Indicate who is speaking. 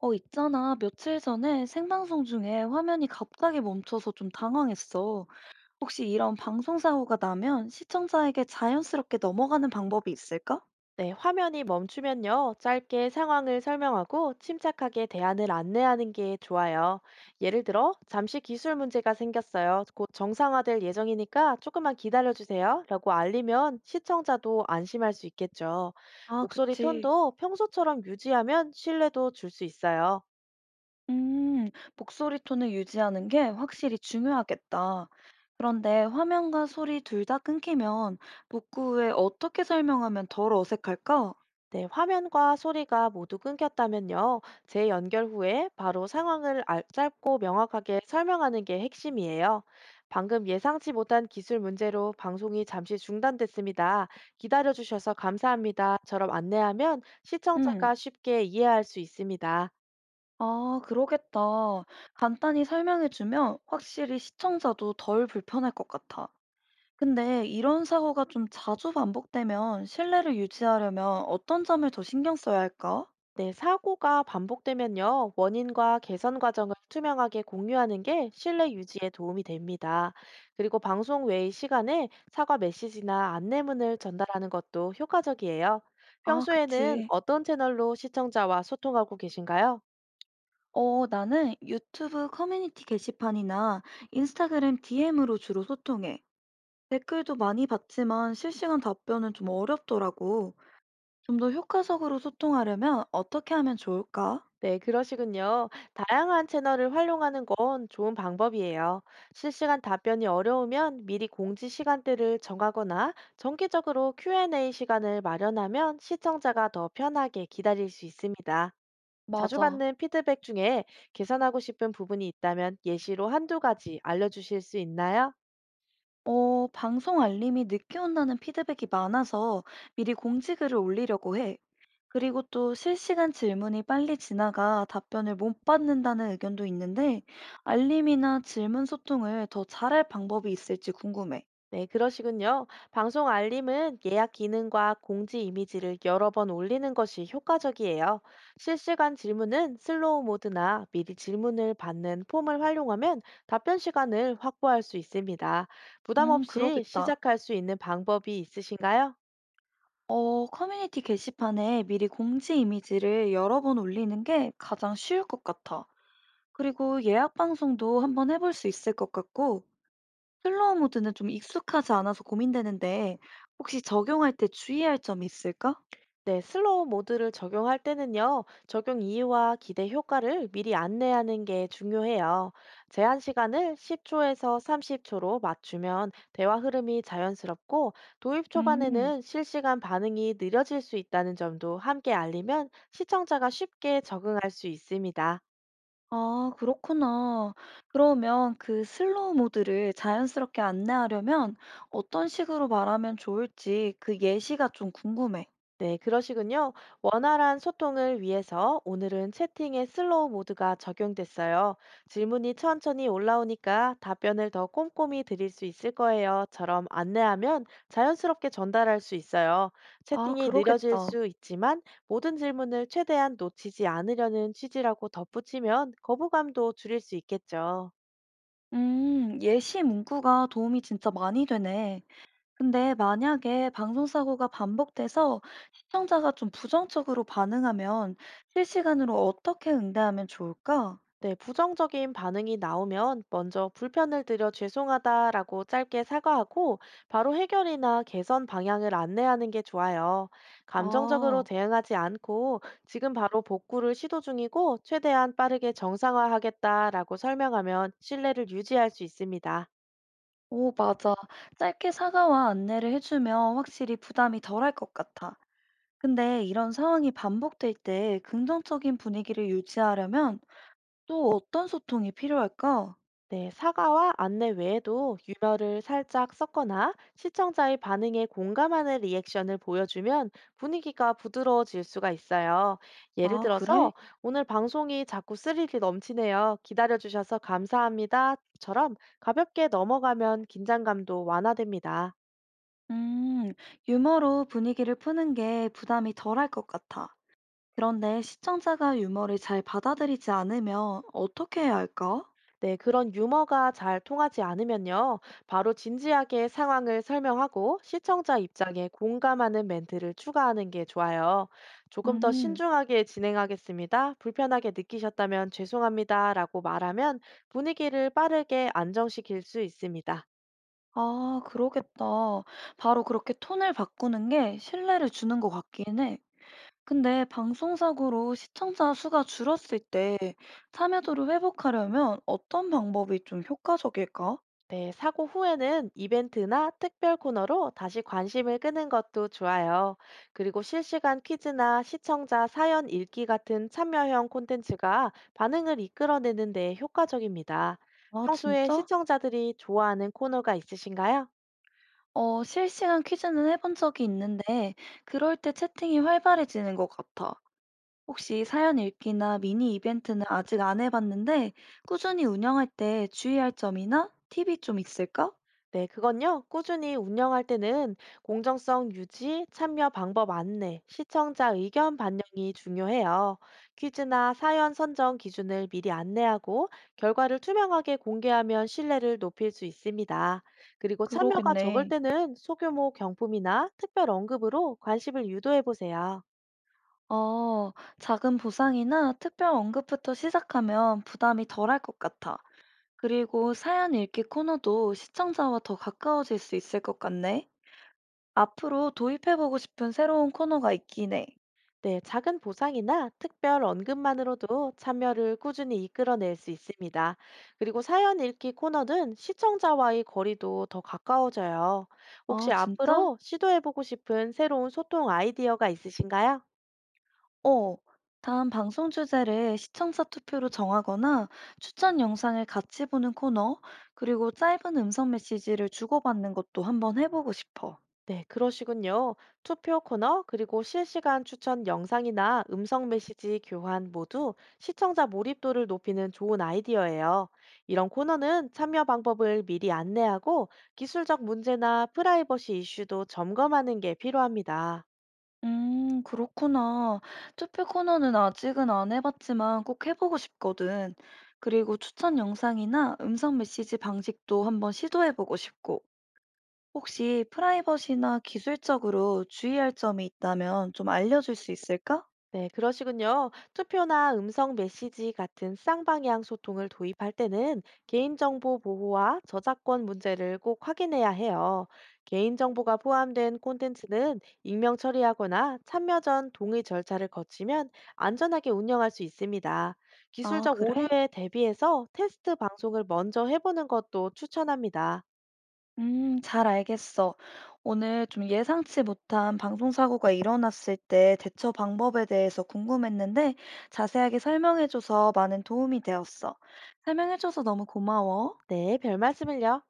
Speaker 1: 어, 있잖아. 며칠 전에 생방송 중에 화면이 갑자기 멈춰서 좀 당황했어. 혹시 이런 방송 사고가 나면 시청자에게 자연스럽게 넘어가는 방법이 있을까?
Speaker 2: 네, 화면이 멈추면요. 짧게 상황을 설명하고 침착하게 대안을 안내하는 게 좋아요. 예를 들어, 잠시 기술 문제가 생겼어요. 곧 정상화될 예정이니까 조금만 기다려주세요. 라고 알리면 시청자도 안심할 수 있겠죠.
Speaker 1: 아,
Speaker 2: 목소리
Speaker 1: 그치.
Speaker 2: 톤도 평소처럼 유지하면 신뢰도 줄 수 있어요.
Speaker 1: 음, 목소리 톤을 유지하는 게 확실히 중요하겠다. 그런데 화면과 소리 둘 다 끊기면 복구 후에 어떻게 설명하면 덜 어색할까?
Speaker 2: 네, 화면과 소리가 모두 끊겼다면요. 재연결 후에 바로 짧고 명확하게 설명하는 게 핵심이에요. 방금 예상치 못한 기술 문제로 방송이 잠시 중단됐습니다. 기다려주셔서 감사합니다.처럼 안내하면
Speaker 1: 음,
Speaker 2: 시청자가 쉽게 이해할 수 있습니다.
Speaker 1: 아, 그러겠다. 간단히 설명해주면 확실히 시청자도 덜 불편할 것 같아. 근데 이런 사고가 좀 자주 반복되면 신뢰를 유지하려면 어떤 점을 더 신경 써야 할까?
Speaker 2: 네, 사고가 반복되면요, 원인과 개선 과정을 투명하게 공유하는 게 신뢰 유지에 도움이 됩니다. 그리고 방송 외의 시간에 사과 메시지나 안내문을 전달하는 것도 효과적이에요.
Speaker 1: 아,
Speaker 2: 평소에는
Speaker 1: 그치.
Speaker 2: 어떤 채널로 시청자와 소통하고 계신가요?
Speaker 1: 어, 나는 유튜브 커뮤니티 게시판이나 인스타그램 DM으로 주로 소통해. 댓글도 많이 받지만 실시간 답변은 좀 어렵더라고. 좀 더 효과적으로 소통하려면 어떻게 하면 좋을까?
Speaker 2: 네, 그러시군요. 다양한 채널을 활용하는 건 좋은 방법이에요. 실시간 답변이 어려우면 미리 공지 시간대를 정하거나 정기적으로 Q&A 시간을 마련하면 시청자가 더 편하게 기다릴 수 있습니다. 자주
Speaker 1: 맞아.
Speaker 2: 받는 피드백 중에 개선하고 싶은 부분이 있다면 예시로 한두 가지 알려주실 수 있나요?
Speaker 1: 어, 방송 알림이 늦게 온다는 피드백이 많아서 미리 공지글을 올리려고 해. 그리고 또 실시간 질문이 빨리 지나가 답변을 못 받는다는 의견도 있는데, 알림이나 질문 소통을 더 잘할 방법이 있을지 궁금해.
Speaker 2: 네, 그러시군요. 방송 알림은 예약 기능과 공지 이미지를 여러 번 올리는 것이 효과적이에요. 실시간 질문은 슬로우 모드나 미리 질문을 받는 폼을 활용하면 답변 시간을 확보할 수 있습니다. 부담 없이
Speaker 1: 그러겠다.
Speaker 2: 시작할 수 있는 방법이 있으신가요?
Speaker 1: 어, 커뮤니티 게시판에 미리 공지 이미지를 여러 번 올리는 게 가장 쉬울 것 같아. 그리고 예약 방송도 한번 해볼 수 있을 것 같고, 슬로우 모드는 좀 익숙하지 않아서 고민되는데, 혹시 적용할 때 주의할 점이 있을까?
Speaker 2: 네, 슬로우 모드를 적용할 때는요, 적용 이유와 기대 효과를 미리 안내하는 게 중요해요. 제한 시간을 10초에서 30초로 맞추면 대화 흐름이 자연스럽고, 도입
Speaker 1: 음.
Speaker 2: 초반에는 실시간 반응이 느려질 수 있다는 점도 함께 알리면 시청자가 쉽게 적응할 수 있습니다.
Speaker 1: 아, 그렇구나. 그러면 그 슬로우 모드를 자연스럽게 안내하려면 어떤 식으로 말하면 좋을지 그 예시가 좀 궁금해.
Speaker 2: 네, 그러시군요. 원활한 소통을 위해서 오늘은 채팅의 슬로우 모드가 적용됐어요. 질문이 천천히 올라오니까 답변을 더 꼼꼼히 드릴 수 있을 거예요.처럼 안내하면 자연스럽게 전달할 수 있어요.
Speaker 1: 아,
Speaker 2: 채팅이 느려질
Speaker 1: 그러겠다.
Speaker 2: 수 있지만 모든 질문을 최대한 놓치지 않으려는 취지라고 덧붙이면 거부감도 줄일 수 있겠죠.
Speaker 1: 예시 문구가 도움이 진짜 많이 되네. 근데 만약에 방송사고가 반복돼서 시청자가 좀 부정적으로 반응하면 실시간으로 어떻게 응대하면 좋을까?
Speaker 2: 네, 부정적인 반응이 나오면 먼저 불편을 드려 죄송하다라고 짧게 사과하고 바로 해결이나 개선 방향을 안내하는 게 좋아요. 감정적으로
Speaker 1: 아,
Speaker 2: 대응하지 않고 지금 바로 복구를 시도 중이고 최대한 빠르게 정상화하겠다라고 설명하면 신뢰를 유지할 수 있습니다.
Speaker 1: 오, 맞아. 짧게 사과와 안내를 해주면 확실히 부담이 덜할 것 같아. 근데 이런 상황이 반복될 때 긍정적인 분위기를 유지하려면 또 어떤 소통이 필요할까?
Speaker 2: 네, 사과와 안내 외에도 유머를 살짝 섞거나 시청자의 반응에 공감하는 리액션을 보여주면 분위기가 부드러워질 수가 있어요. 예를
Speaker 1: 아, 그래?
Speaker 2: 들어서, 오늘 방송이 자꾸 스릴이 넘치네요. 기다려주셔서 감사합니다.처럼 가볍게 넘어가면 긴장감도 완화됩니다.
Speaker 1: 음, 유머로 분위기를 푸는 게 부담이 덜할 것 같아. 그런데 시청자가 유머를 잘 받아들이지 않으면 어떻게 해야 할까?
Speaker 2: 네, 그런 유머가 잘 통하지 않으면요. 바로 진지하게 상황을 설명하고 시청자 입장에 공감하는 멘트를 추가하는 게 좋아요. 조금 더
Speaker 1: 음,
Speaker 2: 신중하게 진행하겠습니다. 불편하게 느끼셨다면 죄송합니다. 라고 말하면 분위기를 빠르게 안정시킬 수 있습니다.
Speaker 1: 아, 그러겠다. 바로 그렇게 톤을 바꾸는 게 신뢰를 주는 것 같긴 해. 근데 방송사고로 시청자 수가 줄었을 때 참여도를 회복하려면 어떤 방법이 좀 효과적일까?
Speaker 2: 네, 사고 후에는 이벤트나 특별 코너로 다시 관심을 끄는 것도 좋아요. 그리고 실시간 퀴즈나 시청자 사연 읽기 같은 참여형 콘텐츠가 반응을 이끌어내는 데 효과적입니다.
Speaker 1: 아,
Speaker 2: 평소에
Speaker 1: 진짜?
Speaker 2: 시청자들이 좋아하는 코너가 있으신가요?
Speaker 1: 어, 실시간 퀴즈는 해본 적이 있는데 그럴 때 채팅이 활발해지는 것 같아. 혹시 사연 읽기나 미니 이벤트는 아직 안 해봤는데 꾸준히 운영할 때 주의할 점이나 팁이 좀 있을까?
Speaker 2: 네, 그건요. 꾸준히 운영할 때는 공정성 유지, 참여 방법 안내, 시청자 의견 반영이 중요해요. 퀴즈나 사연 선정 기준을 미리 안내하고 결과를 투명하게 공개하면 신뢰를 높일 수 있습니다. 그리고 참여가 적을
Speaker 1: 그러겠네.
Speaker 2: 때는 소규모 경품이나 특별 언급으로 관심을 유도해 보세요.
Speaker 1: 어, 작은 보상이나 특별 언급부터 시작하면 부담이 덜할 것 같아. 그리고 사연 읽기 코너도 시청자와 더 가까워질 수 있을 것 같네. 앞으로 도입해보고 싶은 새로운 코너가 있긴 해.
Speaker 2: 네, 작은 보상이나 특별 언급만으로도 참여를 꾸준히 이끌어낼 수 있습니다. 그리고 사연 읽기 코너는 시청자와의 거리도 더 가까워져요.
Speaker 1: 아,
Speaker 2: 혹시
Speaker 1: 진짜?
Speaker 2: 앞으로 시도해보고 싶은 새로운 소통 아이디어가 있으신가요?
Speaker 1: 어. 다음 방송 주제를 시청자 투표로 정하거나 추천 영상을 같이 보는 코너, 그리고 짧은 음성 메시지를 주고받는 것도 한번 해보고 싶어.
Speaker 2: 네, 그러시군요. 투표 코너, 그리고 실시간 추천 영상이나 음성 메시지 교환 모두 시청자 몰입도를 높이는 좋은 아이디어예요. 이런 코너는 참여 방법을 미리 안내하고 기술적 문제나 프라이버시 이슈도 점검하는 게 필요합니다.
Speaker 1: 그렇구나. 투표 코너는 아직은 안 해봤지만 꼭 해보고 싶거든. 그리고 추천 영상이나 음성 메시지 방식도 한번 시도해보고 싶고, 혹시 프라이버시나 기술적으로 주의할 점이 있다면 좀 알려줄 수 있을까?
Speaker 2: 네, 그러시군요. 투표나 음성 메시지 같은 쌍방향 소통을 도입할 때는 개인정보 보호와 저작권 문제를 꼭 확인해야 해요. 개인정보가 포함된 콘텐츠는 익명 처리하거나 참여 전 동의 절차를 거치면 안전하게 운영할 수 있습니다.
Speaker 1: 아,
Speaker 2: 기술적
Speaker 1: 그래?
Speaker 2: 오류에 대비해서 테스트 방송을 먼저 해보는 것도 추천합니다.
Speaker 1: 잘 알겠어. 오늘 좀 예상치 못한 방송 사고가 일어났을 때 대처 방법에 대해서 궁금했는데 자세하게 설명해줘서 많은 도움이 되었어. 설명해줘서 너무 고마워.
Speaker 2: 네, 별 말씀을요.